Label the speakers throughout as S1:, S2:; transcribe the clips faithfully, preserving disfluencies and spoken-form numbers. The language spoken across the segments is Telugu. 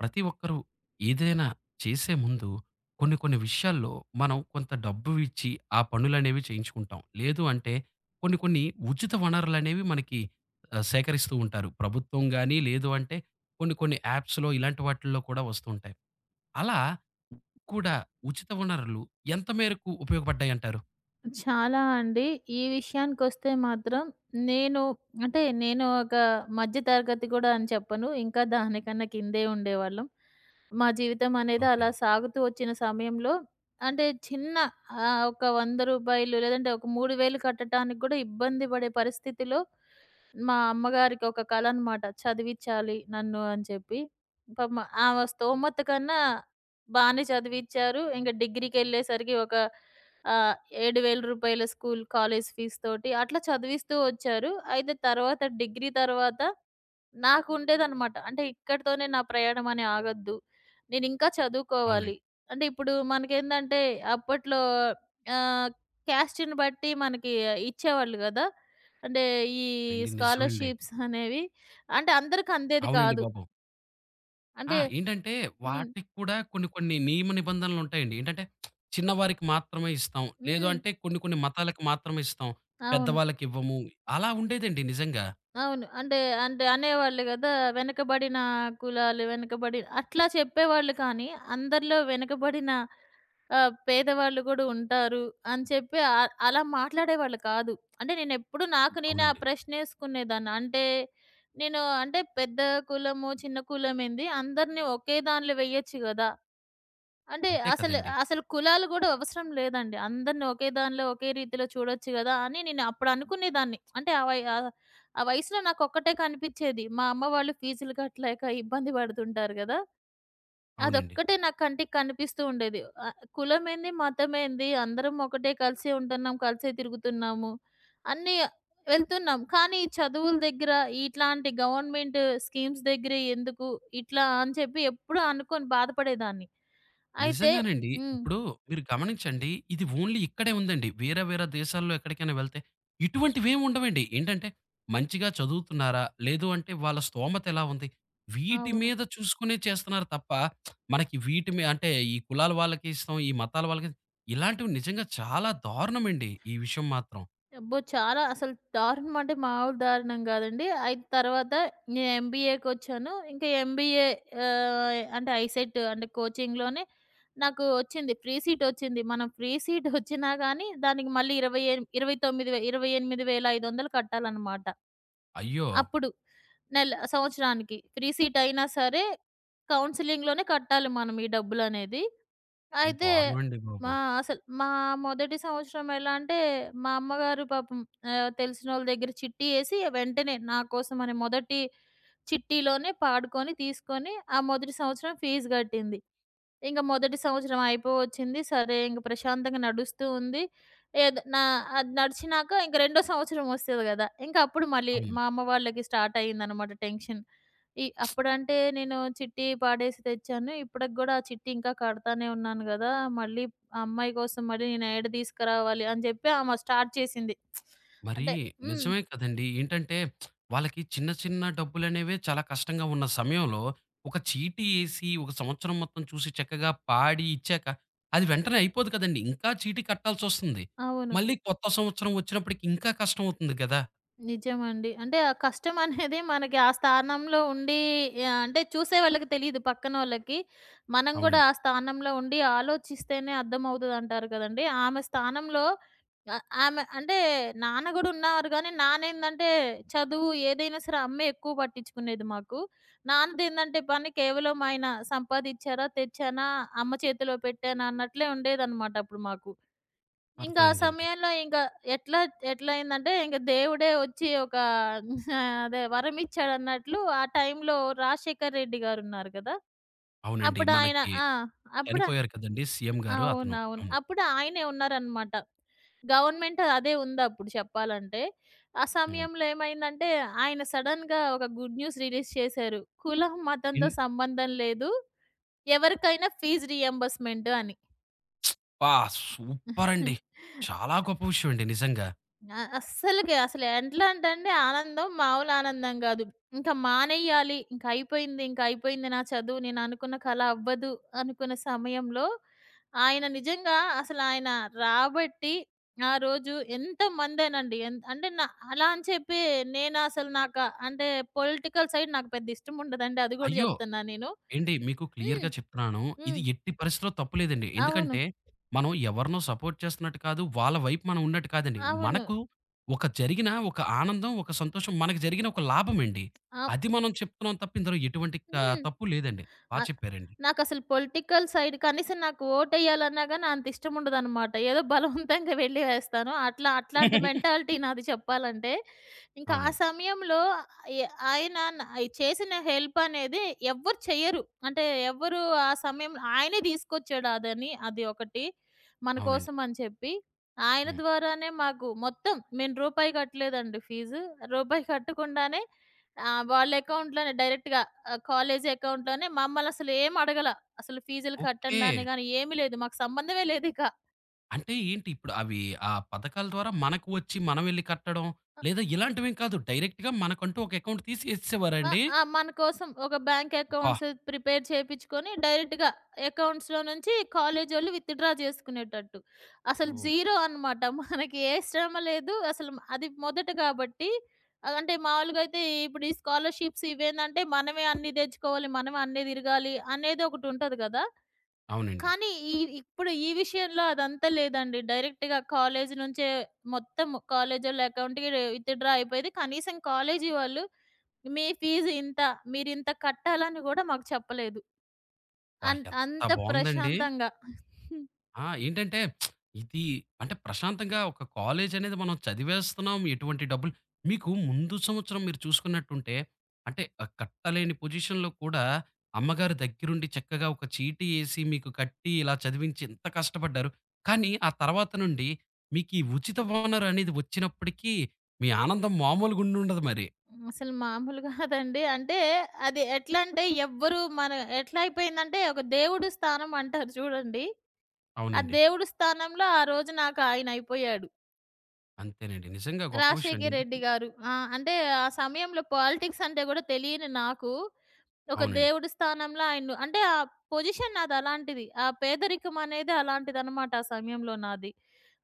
S1: ప్రతి ఒక్కరూ ఏదైనా చేసే ముందు కొన్ని కొన్ని విషయాల్లో మనం కొంత డబ్బు ఇచ్చి ఆ పనులనేవి చేయించుకుంటాం. లేదు అంటే కొన్ని కొన్ని ఉచిత వనరులనేవి మనకి ఆహ్, సేకరిస్తూ ఉంటారు. ప్రభుత్వం గాని, లేదు అంటే కొన్ని కొన్ని యాప్స్‌లో ఇలాంటి వాటిల్లో కూడా వస్తూ ఉంటాయి. అలా కూడా ఉచిత వనరులు ఎంత మేరకు ఉపయోగపడ్డాయంటారు?
S2: చాలా అండి. ఈ విషయానికొస్తే మాత్రం నేను అంటే నేను ఒక మధ్య తరగతి గూడా అని చెప్పను. ఇంకా దానికన్నా కిందే ఉండేవాళ్ళం. మా జీవితం అనేది అలా
S1: ఓకేనండి.
S2: సాగుతూ వచ్చిన సమయంలో అంటే చిన్న ఆహ్, ఒక రూ. వంద లేదంటే ఒక మూడు వేలు కట్టటానికి గూడా ఇబ్బంది పడే పరిస్థితిలో మా అమ్మగారికి ఒక కల అనమాట. చదివిచ్చాలి నన్ను అని చెప్పి. పాపం ఆమె స్తోమత కన్నా బానే చదివిచ్చారు. ఇంక డిగ్రీకెళ్ళేసరికి ఒక ఆహ్, రూ. ఏడు వేలు స్కూల్, కాలేజ్ ఫీస్ తోటి అట్లా చదివిస్తూ వచ్చారు. అయితే తర్వాత డిగ్రీ తర్వాత నాకుండేదనమాట. అంటే ఇక్కడితోనే నా ప్రయాణం అని ఆగొద్దు, నేనింకా చదువుకోవాలి.
S1: అవునండి.
S2: అంటే ఇప్పుడు మనకేందంటే అప్పట్లో ఆహ్, క్యాస్ట్‌ని బట్టి మనకి ఇచ్చేవాళ్ళు గదా! అంటే ఈ
S1: అండి నిజమండి.
S2: స్కాలర్‌షిప్స్ అనేవి. అంటే అందరికి అందేది
S1: అవునండి
S2: కాదు.
S1: బాబు. ఆ!
S2: అంటే
S1: ఏంటంటే
S2: హ్మ్.
S1: వాటికి కూడా కొన్ని కొన్ని నియమ నిబంధనలు ఉంటాయండి. ఏంటంటే చిన్నవారికి మాత్రమే ఇస్తాం. లేదు
S2: హ్మ్.
S1: అంటే కొన్ని కొన్ని మతాలకు మాత్రమే ఇస్తాం.
S2: అవును.
S1: పెద్దవాళ్ళకివ్వము. అలా ఉండేదండి నిజంగా.
S2: అవును. అంటే, అంటే అనేవాళ్ళు గదా! వెనకబడిన కులాలు, వెనకబడి అట్లా చెప్పేవాళ్ళు కానీ, అందరిలో వెనకబడిన ఆహ్, పేదవాళ్ళు గూడా ఉంటారు అని చెప్పి ఆహ్, అలా మాట్లాడేవాళ్ళు కాదు. అంటే నేనెప్పుడు నాకు నేనే ఆ
S1: అవునండి.
S2: ప్రశ్నేసుకునేదాన్ని. అంటే, నేను అంటే పెద్ద కులము, చిన్న కులమేంది అందరిని ఒకే దానిలో వెయ్యొచ్చు గదా! అంటే
S1: అంతే
S2: అసలు,
S1: కదండీ!
S2: అసలు కులాలు గూడా అవసరం లేదండి. అందరిని ఒకే దానిలో ఒకే రీతిలో చూడొచ్చు గదా! అని నేను అప్పుడు అనుకునేదాన్ని. అంటే ఆ వయ ఆహ్, ఆ వయసులో నాకొక్కటే కనిపిచ్చేది. మా అమ్మ వాళ్ళు ఫీజులు కట్టలేక ఇబ్బంది పడుతుంటారు గదా!
S1: అవునండి.
S2: అదొక్కటే నా కంటికి కనిపిస్తూ ఉండేది. ఆహ్, కులమేంది, మతమేంది, అందరం ఒకటే కలిసే ఉంటున్నాం, కలిసే తిరుగుతున్నాము, అన్నీ వెళ్తున్నాం. కానీ ఈ చదువుల దగ్గర, ఇట్లాంటి గవర్నమెంట్ స్కీమ్స్ దగ్గరే ఎందుకు, ఇట్లా అని చెప్పి ఎప్పుడూ అనుకోని బాధపడేదాన్ని. అయితే
S1: నిజంగానండి.
S2: హ్మ్.
S1: ఇప్పుడు మీరు గమనించండి. ఇది ఓన్లీ ఇక్కడే ఉందండి. వేరే వేరే దేశాల్లో ఎక్కడికైనా వెళ్తే ఇటువంటివేమి ఉండవండి. ఏంటంటే మంచిగా చదువుతున్నారా? లేదు అంటే వాళ్ళ స్తోమత ఎలా ఉంది? వీటి
S2: అవును.
S1: మీద చూసుకునే చేస్తున్నారు తప్ప మనకి వీటి మీ అంటే ఈ కులాల వాళ్ళకి ఇష్టం, ఈ మతాల వాళ్ళకి ఇలాంటివి నిజంగా చాలా దారుణమండి. ఈ విషయం మాత్రం.
S2: అబ్బో! చాలా అసలు దారుణం అంటే మామూలు దారుణం గాదండి. అయితే తర్వాత నేను ఎంబీఏకొచ్చాను. ఇంకా ఎంబీఏ ఆహ్, అంటే ఐసెట్ అంటే కోచింగ్‌లోనే నాకు వచ్చింది. ఫ్రీ సీట్ వచ్చింది. మనం ఫ్రీ సీట్ వచ్చినా గానీ దానికి మళ్ళీ ఇరవై ఎన్ ఇరవై తొమ్మిది వేలు, ఇరవై ఎనిమిది వేల ఐదు వందలు కట్టాలన్నమాట.
S1: అయ్యో!
S2: అప్పుడు నెల సంవత్సరానికి. ఫ్రీ సీట్ అయినా సరే కౌన్సెలింగ్‌లోనే కట్టాలి మనం ఈ డబ్బులనేది.
S1: ఇది
S2: అయితే
S1: దారుణమండి బాబు.
S2: మా అసలు మా మొదటి సంవత్సరం ఎలా అంటే, మా అమ్మగారు పాపం ఆహ్, తెలిసినోళ్ళ దగ్గర చిట్టి ఏసి వెంటనే నా కోసం అని మొదటి చిట్టీలోనే పాడుకొని, తీసుకొని ఆ మొదటి సంవత్సరం ఫీజు గట్టింది. ఇంక మొదటి సంవత్సరం అయిపోవచ్చింది. సరే ఇంక ప్రశాంతంగా నడుస్తూ ఉంది. ఏదో నా అది నడిచినాక ఇంక రెండో సంవత్సరం వస్తది గదా! ఇంక అప్పుడు మళ్ళీ
S1: అవును.
S2: మా అమ్మ వాళ్ళకి స్టార్ట్ అయిందనమాట టెన్షన్. ఈ అప్పుడంటే నేను చిట్టి పాడేసి తెచ్చాను. ఇప్పటికి గూడా ఆ చిట్టి ఇంకా కడతానే ఉన్నాను గదా! మళ్ళీ ఆ అమ్మాయి కోసం మళ్ళీ నేను ఏడ తీసుకురావాలి అని జెప్పి ఆమె స్టార్ట్ చేసింది.
S1: మరి
S2: అంటే హ్మ్.
S1: నిజమే కదండీ. ఏంటంటే వాళ్ళకి చిన్న చిన్న డబ్బులనేవే చాలా కష్టంగా ఉన్న సమయంలో ఒక చీటీ ఏసి, ఒక సంవత్సరం మొత్తం చూసి చక్కగా పాడి ఇచ్చాక, అది వెంటనే అయిపోదు కదండీ. ఇంకా చీటీ కట్టాల్సొస్తుంది.
S2: అవును.
S1: మళ్ళీ కొత్త సంవత్సరం వచ్చినప్పటికి ఇంకా కష్టమవుతుంది గదా!
S2: నిజమండి. అంటే ఆ కష్టం అనేది మనకి ఆ స్థానంలో ఉండి ఆహ్, అంటే చూసే వాళ్ళకి తెలీదు పక్కనోళ్ళకి. మనం గూడా
S1: అవునండి.
S2: ఆ స్థానంలో ఉండి ఆలోచిస్తేనే అర్థమవుతదంటారు కదండీ! ఆమె స్థానంలో ఆహ్, ఆమె అంటే నాన్న గూడా ఉన్నారు గానీ, నాన్నేందంటే చదువు ఏదైనా సరే అమ్మే ఎక్కువ పట్టించుకునేది మాకు. నాన్నదేందంటే పని కేవలం ఆయన సంపాదిచ్చారా, తెచ్చానా, అమ్మ చేతిలో పెట్టానా అన్నట్లే ఉండేదనమాట అప్పుడు మాకు. ఇంకా ఆ
S1: అర్థమైందండి.
S2: సమయంలో ఇంకా ఎట్లా ఎట్లా అయిందంటే, ఇంక దేవుడే వచ్చి ఒక అదే వరమిచ్చాడన్నట్లు ఆ టైంలో రాజశేఖర్ రెడ్డి గారున్నారు గదా!
S1: అవునండి.
S2: అప్పుడు ఆయన
S1: మనకి
S2: ఆ! అప్పుడు
S1: చనిపోయారు కదండీ సీఎం గారు అతను.
S2: అవునవును.
S1: అవును.
S2: అప్పుడు ఆయనే ఉన్నారనమాట. గవర్నమెంట్ అదే ఉందప్పుడు చెప్పాలంటే. ఆ
S1: హ్మ్.
S2: సమయంలో ఏమైందంటే, ఆయన సడెన్‌గా ఒక గుడ్ న్యూస్ రిలీజ్ చేశారు. కులం,
S1: ఇన్
S2: మతంతో సంబంధం లేదు, ఎవరికైనా ఫీజు రీయింబర్స్‌మెంట్ అని.
S1: అబ్బా! సూపరండి. చాలా గొప్ప విషయం అండి నిజంగా.
S2: ఆ! అస్సలకి అసలు ఎట్లాంటంటే ఆనందం మామూలు ఆనందం గాదు. ఇంక మానేయాలి, ఇంక అయిపోయింది, ఇంక అయిపోయింది నా చదువు, నేను అనుకున్న కల అవ్వదు అనుకున్న సమయంలో ఆయన నిజంగా అసలు ఆయన రాబట్టి ఆ రోజు ఎంతమందేనండి ఎన్ అంటే నా అలా అని చెప్పి నేను అసలు నాకు అంటే పొలిటికల్ సైడ్ నాకు పెద్ద ఇష్టం ఉండదండి. అది గూడా
S1: అయ్యో!
S2: జెప్తున్నా నేను.
S1: ఏండి మీకు
S2: హ్మ్.
S1: క్లియర్‌గా చెప్తున్నాను. ఇది
S2: హ్మ్.
S1: ఎట్టి పరిస్థితిలో తప్పు లేదండి.
S2: అవును.
S1: ఎందుకంటే, మనం ఎవరినో సపోర్ట్ చేస్తున్నట్టు కాదు. వాళ్ళ వైపు మనం ఉన్నట్టు కాదండి.
S2: అవును.
S1: మనకు ఒక జరిగిన ఒక ఆనందం, ఒక సంతోషం మనకు జరిగిన ఒక లాభమండి.
S2: అవ్
S1: అది మనం చెప్తున్నాం తప్ప ఇందులో ఎటువంటి త
S2: హ్మ్.
S1: తప్పు లేదండి. బా
S2: అ
S1: చెప్పారండి.
S2: నాకసలు పొలిటికల్ సైడ్ కనీసం నాకు ఓటేయాలన్నా గాని అంత ఇష్టం ఉండదనమాట. ఏదో బలవంతంగా వెళ్లి వేస్తాను. అట్లా అట్లాంటి మెంటాలిటీ నాది చెప్పాలంటే. ఇంకా ఆ
S1: అవునండి.
S2: సమయంలో ఎ ఆయన న చేసిన హెల్ప్ అనేది ఎవ్వరు చెయ్యరు. అంటే ఎవ్వరు ఆ సమయంలో ఆయనే తీసుకొచ్చాడు అదని. అది ఒకటి. మన
S1: అవునండి.
S2: కోసం అని చెప్పి. ఆయన
S1: హ్మ్.
S2: ద్వారానే మాకు మొత్తం మేము రూపాయి కట్టలేదండి ఫీజు. రూపాయి కట్టకుండానే ఆహ్, వాళ్ళ అకౌంట్‌లోనే డైరెక్ట్‌గా ఆ! కాలేజీ అకౌంట్‌లోనే మమ్మల్నసలు ఏం అడగల. అసలు ఫీజులు
S1: ఓకే.
S2: కట్టండి అని గాని ఏమి లేదు. మాకు సంబంధమే లేదిక.
S1: అంటే ఏంటి ఇప్పుడు అవి ఆ పథకాల ద్వారా మనకు వచ్చి మనం వెళ్లి కట్టడం, లేదా ఇలాంటివేం కాదు. డైరెక్ట్‌గా మనకంటూ ఒక అకౌంట్ తీసి
S2: ఆ!
S1: ఎసేసేవారాండి?
S2: ఆ! మన కోసం ఒక బ్యాంక్
S1: అబ్బా!
S2: అకౌంట్స్ ప్రిపేర్ చేపిచ్చుకొని డైరెక్ట్‌గా అకౌంట్స్‌లో నుంచి కాలేజోళ్ళు విత్‌డ్రా చేసుకునేటట్టు. అసలు
S1: ఓహ్!
S2: జీరో అనమాట. మనకి ఏ శ్రమ లేదు. అసలు మ- అది మొదట కాబట్టి ఆహ్, అంటే మామూలుగా అయితే ఇప్పుడు ఈ స్కాలర్‌షిప్స్ ఇవేందంటే మనమే అన్నీ తెచ్చుకోవాలి. మనమే అన్నీ తిరగాలి అనేది ఒకటుంటది గదా!
S1: అవునండి.
S2: కానీ ఈ ఇప్పుడు ఈ విషయంలో అదంతా లేదండి. డైరెక్ట్‌గా కాలేజీ నుంచే మొత్తం కాలేజోళ్ళ అకౌంట్‌కి విత్‌డ్రా అయిపోయేది. కనీసం కాలేజీ వాళ్ళు మీ ఫీజు ఇంత, మీరింత కట్టాలని గూడా మాకు చెప్పలేదు. అన్
S1: అబ్బా! ఎంత
S2: అంత
S1: బావుందండి.
S2: ప్రశాంతంగా.
S1: ఆ! ఏంటంటే ఇది అంటే ప్రశాంతంగా ఒక కాలేజ్ అనేది మనం చదివేస్తున్నాం. ఎటువంటి డబ్బులు మీకు ముందు సంవత్సరం మీరు చూసుకున్నట్టుంటే అంటే ఆహ్, కట్టలేని పొజిషన్‌లో కూడా అమ్మగారి దగ్గరుండి చక్కగా ఒక చీటీ ఏసి మీకు కట్టి ఇలా చదివించి ఎంత కష్టపడ్డారు. కానీ ఆ తర్వాత నుండి మీకు ఈ ఉచిత ఓనర్ అనేది వచ్చినప్పటికీ మీ ఆనందం మామూలుగా ఉండుండదు మరి.
S2: అసలు మామూలు కాదండి. అంటే అది ఎట్లా అంటే ఎవ్వరు మన ఎట్లా అయిపోయిందంటే ఒక దేవుడు స్థానం అంటారు చూడండి. ఆ
S1: అవునండి.
S2: దేవుడు స్థానంలో ఆ రోజు నాకు ఆయన అయిపోయాడు.
S1: అంతేనండి. నిజంగా గొప్ప విషయం అండి.
S2: రాజశేఖర్
S1: ఎందుకు
S2: రెడ్డి గారు. ఆ! అంటే ఆ సమయంలో పాలిటిక్స్ అంటే గూడా తెలియని నాకు, ఒక
S1: అవునండి.
S2: దేవుడి స్థానంలో ఆయన్ను అంటే ఆ పొజిషన్ నాదలాంటిది. ఆ పేదరికం అనేది అలాంటిదనమాట ఆ సమయంలో నాది.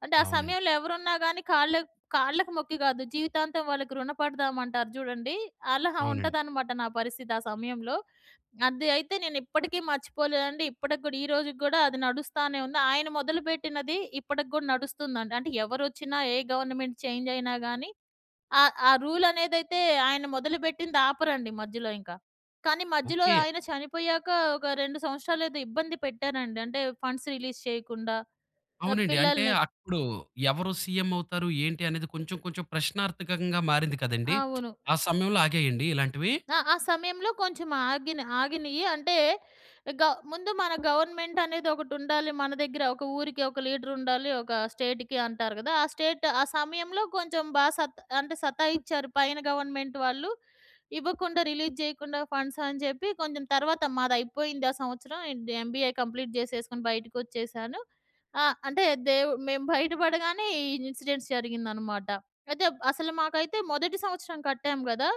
S2: అంటే ఆ
S1: అవునండి.
S2: సమయంలో ఎవరున్నా గానీ కాళ్ళకు కాళ్ళకు మొక్కి గాదు, జీవితాంతం వాళ్ళకి రుణపడదామంటారు జూడండి. అలా
S1: అవునండి.
S2: ఉంటదనమాట నా పరిస్థితి ఆ సమయంలో. అది అయితే నేనిప్పటికీ మర్చిపోలేదండి. ఇప్పటికి గూడా, ఈ రోజుకి గూడా అది నడుస్తానే ఉంది. ఆయన మొదలుపెట్టినది ఇప్పటికి గూడా నడుస్తుందండి. అంటే ఎవరొచ్చినా, ఏ గవర్నమెంట్ చేంజ్ అయినా గానీ ఆ! ఆ రూల్ అనేదైతే ఆయన మొదలుపెట్టింది ఆపరండి మధ్యలో ఇంకా. కానీ మధ్యలో
S1: ఓకే.
S2: ఆయన చనిపోయాక ఒక రెండు సంవత్సరాలు ఏదో ఇబ్బంది పెట్టారండి. అంటే ఫండ్స్ రిలీజ్ చేయకుండా ఆహ్,
S1: అవునండి. అంటే
S2: పిల్లల్ని
S1: అప్పుడు ఎవరు సీఎం అవుతారు? ఏంటి? అనేది కొంచెం కొంచెం ప్రశ్నార్థకంగా మారింది కదండీ!
S2: అవును.
S1: ఆ సమయంలో ఆగాయండి ఇలాంటివి?
S2: ఆ! ఆ సమయంలో కొంచెం ఆగిన ఆగినియి. అంటే గ ముందు మన గవర్నమెంట్ అనేది ఒకటుండాలి. మన దగ్గర ఒక ఊరికి ఒక లీడర్ ఉండాలి. ఒక స్టేట్‌కి అంటారు కదా! ఆ స్టేట్ ఆ సమయంలో కొంచెం బా సత్ అంటే సతాయిచ్చారు పైన గవర్నమెంట్ వాళ్ళు. ఇవ్వకుండా రిలీజ్ చేయకుండా ఫండ్స్ అని చెప్పి కొంచెం తర్వాత మాదయిపోయింది ఆ సంవత్సరం. ఎంబీఏ కంప్లీట్ చేసేసుకొని బయటికొచ్చేసాను. ఆ! అంటే దేవు మేము బయటపడగానే ఈ ఇన్సిడెంట్స్ జరిగిందనమాట. అయితే అసలు మాకైతే మొదటి సంవత్సరం కట్టాం గదా!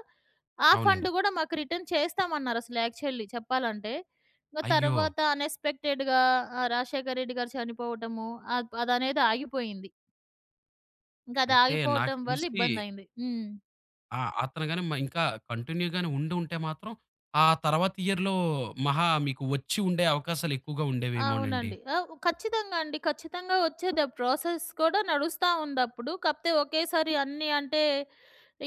S2: ఆ ఫండ్
S1: అవునండి.
S2: గూడా మాకు రిటర్న్ చేస్తామన్నారసలు యాక్చువల్లీ చెప్పాలంటే. ఇంక
S1: అయ్యో!
S2: తర్వాత అన్‌ఎక్స్‌పెక్టెడ్‌గా ఆహ్, రాజశేఖర్ రెడ్డి గారు చనిపోవటము, అద్ అదనేది ఆగిపోయింది. ఇంకది
S1: అంటే నాకు
S2: ఆగిపోవటం వల్ల
S1: తెలిసి
S2: ఇబ్బందయింది. హ్మ్.
S1: ఆ! అతను గాని మ ఇంకా కంటిన్యూ గాని ఉండుంటే మాత్రం ఆ తర్వాత ఇయర్‌లో మహా మీకు వచ్చి ఉండే అవకాశాలు ఎక్కువగా ఉండేవేమోనండి.
S2: అవునండి. ఆ! ఖచ్చితంగా అండి. ఖచ్చితంగా వచ్చేది. ఆ ప్రాసెస్ కూడా నడుస్తా ఉందప్పుడు. కాపోతే ఒకేసారి అన్నీ అంటే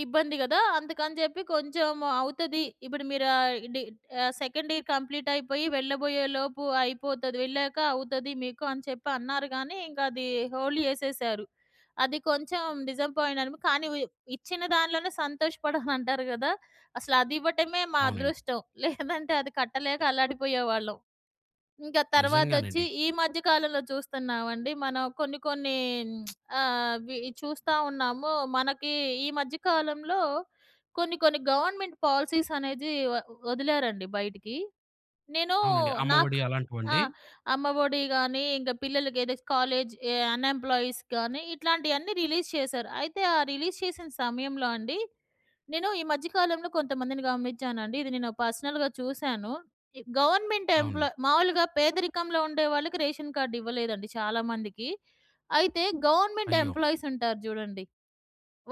S2: ఇబ్బంది గదా! అందుకని జెప్పి కొంచెం అవుతది. ఇప్పుడు మీరు ఆహ్, డి ఆహ్, సెకండ్ ఇయర్ కంప్లీట్ అయిపోయి వెళ్ళబోయేలోపు అయిపోతది, వెళ్ళాక అవుతది మీకు అని చెప్పి అన్నారు గానీ, ఇంకా అది హోల్డ్ జేసేశారు. అది కొంచెం డిసప్పాయింట్ అని కానీ వి ఇచ్చిన దానిలోనే సంతోషపడాలంటారు గదా! అసలు అది ఇవ్వటమే మా
S1: అవునండి.
S2: అదృష్టం. లేదంటే అది కట్టలేక అల్లాడిపోయేవాళ్ళం. ఇంకా తర్వాతొచ్చి
S1: నిజంగానండి.
S2: ఈ మధ్య కాలంలో చూస్తున్నామండి. మనం కొన్ని కొన్ని ఆహ్, వి చూస్తా ఉన్నాము. మనకి ఈ మధ్య కాలంలో కొన్ని కొన్ని గవర్నమెంట్ పాలిసీస్ అనేది వ వదిలారండి బయటికి. నేను
S1: అవునండి.
S2: నాకు
S1: అమ్మఒడి
S2: ఆ!
S1: అలాంటివండి?
S2: అమ్మఒడి గాని, ఇంకా పిల్లలకి ఏదో కాలేజ్ ఎ అన్‌ఎంప్లాయీస్ గాని ఇట్లాంటియన్నీ రిలీజ్ చేశారు. అయితే ఆ రిలీజ్ చేసిన సమయంలో అండి నేను ఈ మధ్య కాలంలో కొంతమందిని గమనించానండి. ఇది నేను పర్సనల్‌గా చూసాను. ఈ గవర్నమెంట్
S1: అవును.
S2: ఎంప్లాయ్ మామూలుగా పేదరికంలో ఉండే వాళ్ళకి రేషన్ కార్డ్ ఇవ్వలేదండి చాలా మందికి. అయితే గవర్నమెంట్
S1: అయ్యో!
S2: ఎంప్లాయీస్ ఉంటారు జూడండి.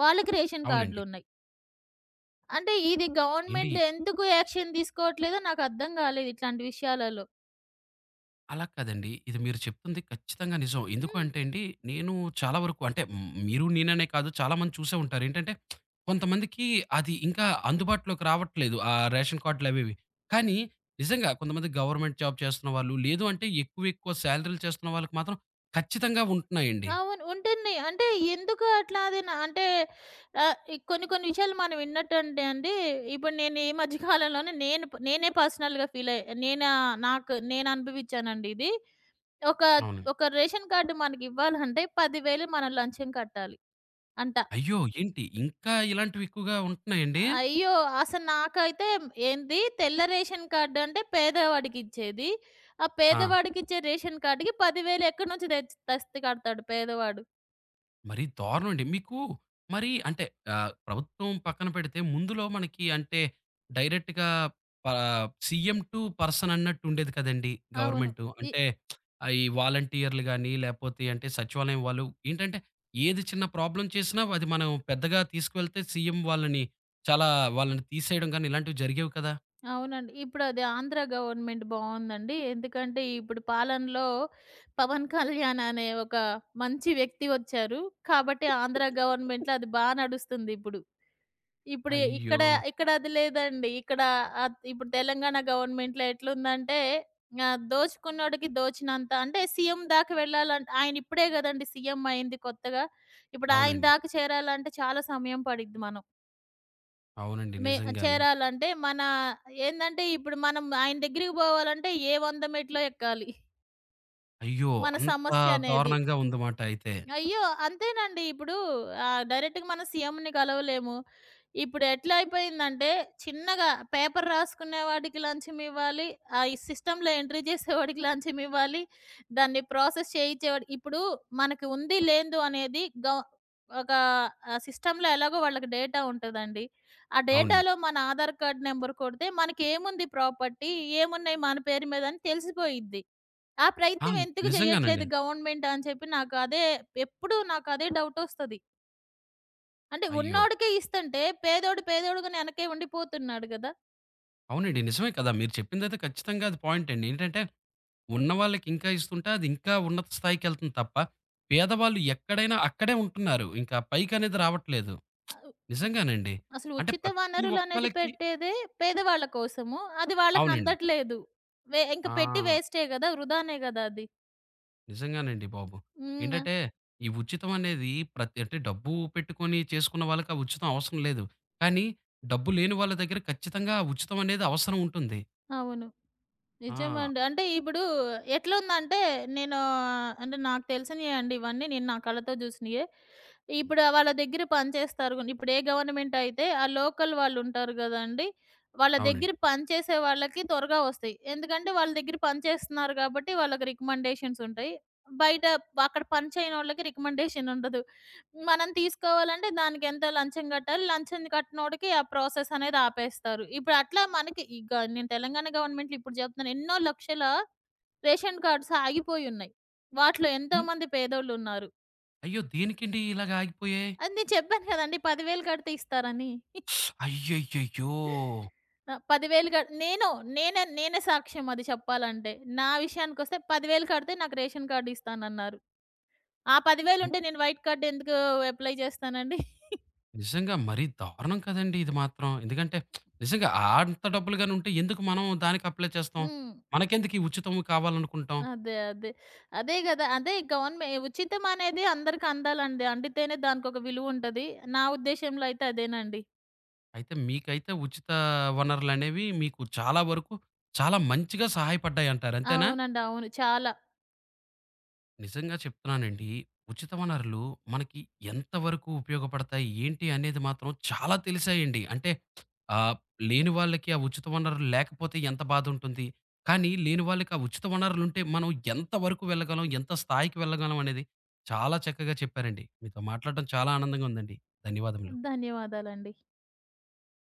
S2: వాళ్ళకి రేషన్
S1: అవునండి.
S2: కార్డులున్నాయి. అంటే ఇది
S1: ఏండి
S2: గవర్నమెంట్ ఎందుకు యాక్షన్ తీసుకోవట్లేదో నాకు అర్థం గాలేదు ఇట్లాంటి విషయాలలో.
S1: అలా కాదండి. ఇది మీరు చెప్తుంది ఖచ్చితంగా నిజం. ఎందుకు
S2: హ్మ్.
S1: అంటే అండి, నేను చాలా వరకు అంటే మ్, మీరు నేననే కాదు చాలామంది చూసే ఉంటారు. ఏంటంటే కొంతమందికి అది ఇంకా అందుబాటులోకి రావట్లేదు. ఆ రేషన్ కార్డ్‌లు అవేవి. కానీ నిజంగా కొంతమంది గవర్నమెంట్ జాబ్ చేస్తున్న వాళ్ళు, లేదు అంటే ఎక్కువ ఎక్కువ సాలరీలు చేస్తున్న వాళ్ళకి మాత్రం ఖచ్చితంగా ఉంటున్నాయండి.
S2: అవును. ఉంటున్నాయి. అంటే ఎందుకు అట్లా అది నా అంటే ఆహ్, ఈ కొన్ని కొన్ని విషయాలు మనం విన్నట్టంటే అండి, ఇప్పుడు నేను ఈ మధ్య కాలంలోనే నేను ప్ నేనే పర్సనల్‌గా ఫీలయ్య నేనా నాకు నేను అనుభవిచ్చానండి ఇది. ఒక,
S1: అవును.
S2: ఒక రేషన్ కార్డ్ మనకివ్వాలంటే పది వేలు మనం లంచం కట్టాలి అంట.
S1: అయ్యో! ఏంటి ఇంకా ఇలాంటివి ఎక్కువగా ఉంటున్నాయండి?
S2: అయ్యో! అసలు నాకైతే ఏంది తెల్ల రేషన్ కార్డ్ అంటే పేదవాడికిచ్చేది. ఆ
S1: ఆ!
S2: పేదవాడికిచ్చే రేషన్ కార్డ్‌కి పది వేలు ఎక్కడి నుంచి తెచ్ తెస్తే కడతాడు పేదవాడు.
S1: మరీ దారుణం అండి. మీకు మరి అంటే ఆహ్, ప్రభుత్వం పక్కన పెడితే ముందులో మనకి అంటే డైరెక్ట్‌గా ఆహ్, సీఎం టు పర్సన్ అన్నట్టు ఉండేది కదండీ!
S2: అవును.
S1: గవర్నమెంటు.
S2: ఇ
S1: అంటే ఆహ్, ఈ వాలంటీర్‌లు గాని, లేపోతే అంటే సచివాలయం వాళ్ళు ఏంటంటే ఏది చిన్న ప్రాబ్లమ్ చేసినా అది మనం పెద్దగా తీసుకువెళ్తే సీఎం వాళ్ళని చాలా వాళ్ళని తీసేయడం గాని ఇలాంటివి జరిగేవి కదా!
S2: అవునండి. ఇప్పుడు అది ఆంధ్ర గవర్నమెంట్ బావుందండి. ఎందుకంటే ఇప్పుడు పాలనలో 'పవన్ కళ్యాణ్' అనే ఒక మంచి వ్యక్తి వచ్చారు. కాబట్టి ఆంధ్ర గవర్నమెంట్‌లో అది బా నడుస్తుంది ఇప్పుడు. ఇప్పుడు
S1: అయ్యో!
S2: ఇక్కడ ఇక్కడ అది లేదండి. ఇక్కడ ఆహ్, ఇప్పుడు తెలంగాణ గవర్నమెంట్‌లో ఎట్లుందంటే ఆహ్, దోచుకున్నోడికి దోచినంత అంటే సీఎం దాకా వెళ్ళాలంటే ఆయన ఇప్పుడే గదండీ సీఎం అయింది కొత్తగా. ఇప్పుడు ఆయన
S1: అవునండి.
S2: దాకా చేరాలంటే చాలా సమయం పడిద్ది మనం.
S1: అవునండి.
S2: మే
S1: నిజంగానే.
S2: చేరాలంటే మన ఏందంటే ఇప్పుడు మనం ఆయన దగ్గరికి పోవాలంటే ఏ వంద మెట్లో ఎక్కాలి
S1: అయ్యో!
S2: మన
S1: అంత
S2: సమస్య అనేది.
S1: దారుణంగా ఉందమాట అయితే.
S2: అయ్యో! అంతేనండి. ఇప్పుడు ఆహ్, డైరెక్ట్‌గా మనం సీఎంని కలవలేము. ఇప్పుడు ఎట్లా అయిపోయిందంటే, చిన్నగా పేపర్ రాసుకునేవాడికి లంచం ఇవ్వాలి. ఆహ్, ఈ సిస్టమ్‌లో ఎంట్రీ చేసేవాడికి లంచం ఇవ్వాలి. దాన్ని ప్రాసెస్ చేయించేవాడు ఇప్పుడు మనకి ఉంది, లేందో అనేది గవ్ ఒక ఆహ్, సిస్టమ్‌లో ఎలాగో వాళ్ళకి డేటా ఉంటదండి. ఆ
S1: అవునండి.
S2: డేటాలో మన ఆధార్ కార్డ్ నంబర్ కొడితే మనకేముంది ప్రాపర్టీ, ఏమున్నాయి మన పేరు మీద అని తెలిసిపోయిద్ది. ఆ
S1: ఆ!
S2: ప్రయత్నం ఎందుకు
S1: నిజంగానండి.
S2: చేయట్లేదు గవర్నమెంట్ అని చెప్పి నాకు అదే ఎప్పుడు నాకు అదే డౌట్ వస్తది. అంటే
S1: అయ్యో!
S2: ఉన్నోడికే ఇస్తంటే పేదోడు పేదోడుగానే వెనకే ఉండిపోతున్నాడు గదా!
S1: అవునండి. నిజమే కదా! మీరు చెప్పిందైతే ఖచ్చితంగా అది పాయింట్ అండి. ఏంటంటే ఉన్నవాళ్ళకి ఇంకా ఇస్తుంటే అది ఇంకా ఉన్నత స్థాయికెళ్తుంది తప్ప, పేదవాళ్ళు ఎక్కడైనా అక్కడే ఉంటున్నారు. ఇంకా పైకనేది రావట్లేదు.
S2: అవ్
S1: నిజంగానండి.
S2: అసలు
S1: అంటే
S2: ఉచిత
S1: ప్రతి
S2: వనరులనేది
S1: ఒక్కళ్ళకి
S2: పెట్టేదే పేదవాళ్ళ కోసము. అది వాళ్ళకి
S1: అవునండి.
S2: అందట్లేదు. వే ఇంక పెట్టి
S1: ఆ!
S2: వేస్టే గదా! వృధానే గదా! అది.
S1: నిజంగానండి బాబు.
S2: హ్మ్.
S1: ఏంటంటే ఈ ఉచితం అనేది ప్రతి అంటే డబ్బు పెట్టుకొని చేసుకున్న వాళ్ళకి ఆ ఉచితం అవసరం లేదు. కానీ డబ్బు లేని వాళ్ళ దగ్గర ఖచ్చితంగా ఆ ఉచితం అనేది అవసరం ఉంటుంది.
S2: అవును.
S1: ఆ!
S2: నిజమండి. అంటే ఇప్పుడు ఎట్లుందంటే, నేను అంటే నాకు తెలిసినయే అండి ఇవన్నీ. నేను నా కళ్ళతో చూసినయే. ఇప్పుడు వాళ్ళ దగ్గర పనిచేస్తారు గూని. ఇప్పుడు ఏ గవర్నమెంట్ అయితే ఆ లోకల్ వాళ్ళుంటారు గదండీ! వాళ్ళ
S1: అవునండి.
S2: దగ్గర పనిచేసే వాళ్ళకి త్వరగా వస్తాయి. ఎందుకంటే వాళ్ళ దగ్గర పనిచేస్తున్నారు కాబట్టి వాళ్ళకి రికమెండేషన్స్ ఉంటాయి. బయట అక్కడ పని చేయనోళ్ళకి రికమెండేషన్ ఉండదు. మనం తీసుకోవాలంటే దానికెంత లంచం కట్టాలి. లంచం కట్టనోడికి ఆ ప్రాసెస్ అనేది ఆపేస్తారు. ఇప్పుడు అట్లా మనకి ఈ గ నేను తెలంగాణ గవర్నమెంట్‌లో ఇప్పుడు చెప్తున్నాను. ఎన్నో లక్షల రేషన్ కార్డ్స్ ఆగిపోయున్నాయి. వాటిలో ఎంతోమంది పేదోళ్ళున్నారు.
S1: అయ్యో! దేనికండి ఇలాగ ఆగిపోయాయి?
S2: అది నేను చెప్పాను కదండీ పది వేలు కడితే ఇస్తారని.
S1: అయ్యయ్యయ్యో!
S2: ఆహ్, పది వేలు కడ్ నేను నేనే నేనే సాక్ష్యం అది చెప్పాలంటే. నా విషయానికొస్తే పది వేలు కడితే నాకు రేషన్ కార్డ్ ఇస్తానన్నారు. ఆ పది వేలు
S1: హ్మ్.
S2: ఉంటే నేను వైట్ కార్డ్ ఎందుకు అప్లై చేస్తానండి?
S1: నిజంగా మరీ దారుణం కదండీ ఇది మాత్రం. ఎందుకంటే నిజంగా ఆ అంత డబ్బులు గాని ఉంటే ఎందుకు మనం దానికి అప్లై చేస్తాం?
S2: హ్మ్.
S1: మనకెందుకు ఈ ఉచితం కావాలనుకుంటాం?
S2: అదే. అదే. అదే గదా! అదే గవర్నమె ఉచితం అనేది అందరికి అందాలండి. అండితేనే దానికొక విలువ ఉంటది. నా ఉద్దేశ్యంలో అయితే అదేనండి.
S1: అయితే మీకైతే ఉచిత వనరులనేవి మీకు చాలా వరకు చాలా మంచిగా సహాయపడ్డాయంటారు. అంతేనా?
S2: అవునండి. అవును. చాలా.
S1: నిజంగా చెప్తున్నానండి. ఉచిత వనరులు మనకి ఎంతవరకు ఉపయోగపడతాయి? ఏంటి అనేది మాత్రం చాలా తెలిసాయండి. అంటే ఆహ్, లేని వాళ్ళకి ఆ ఉచిత వనరులు లేకపోతే ఎంత బాధుంటుంది? కానీ లేని వాళ్ళకి ఆ ఉచిత వనరులుంటే మనం ఎంత వరకు వెళ్ళగలం? ఎంత స్థాయికి వెళ్ళగలం అనేది చాలా చక్కగా చెప్పారండి. మీతో మాట్లాడడం చాలా ఆనందంగా ఉందండి. ధన్యవాదములు.
S2: ధన్యవాదాలండి.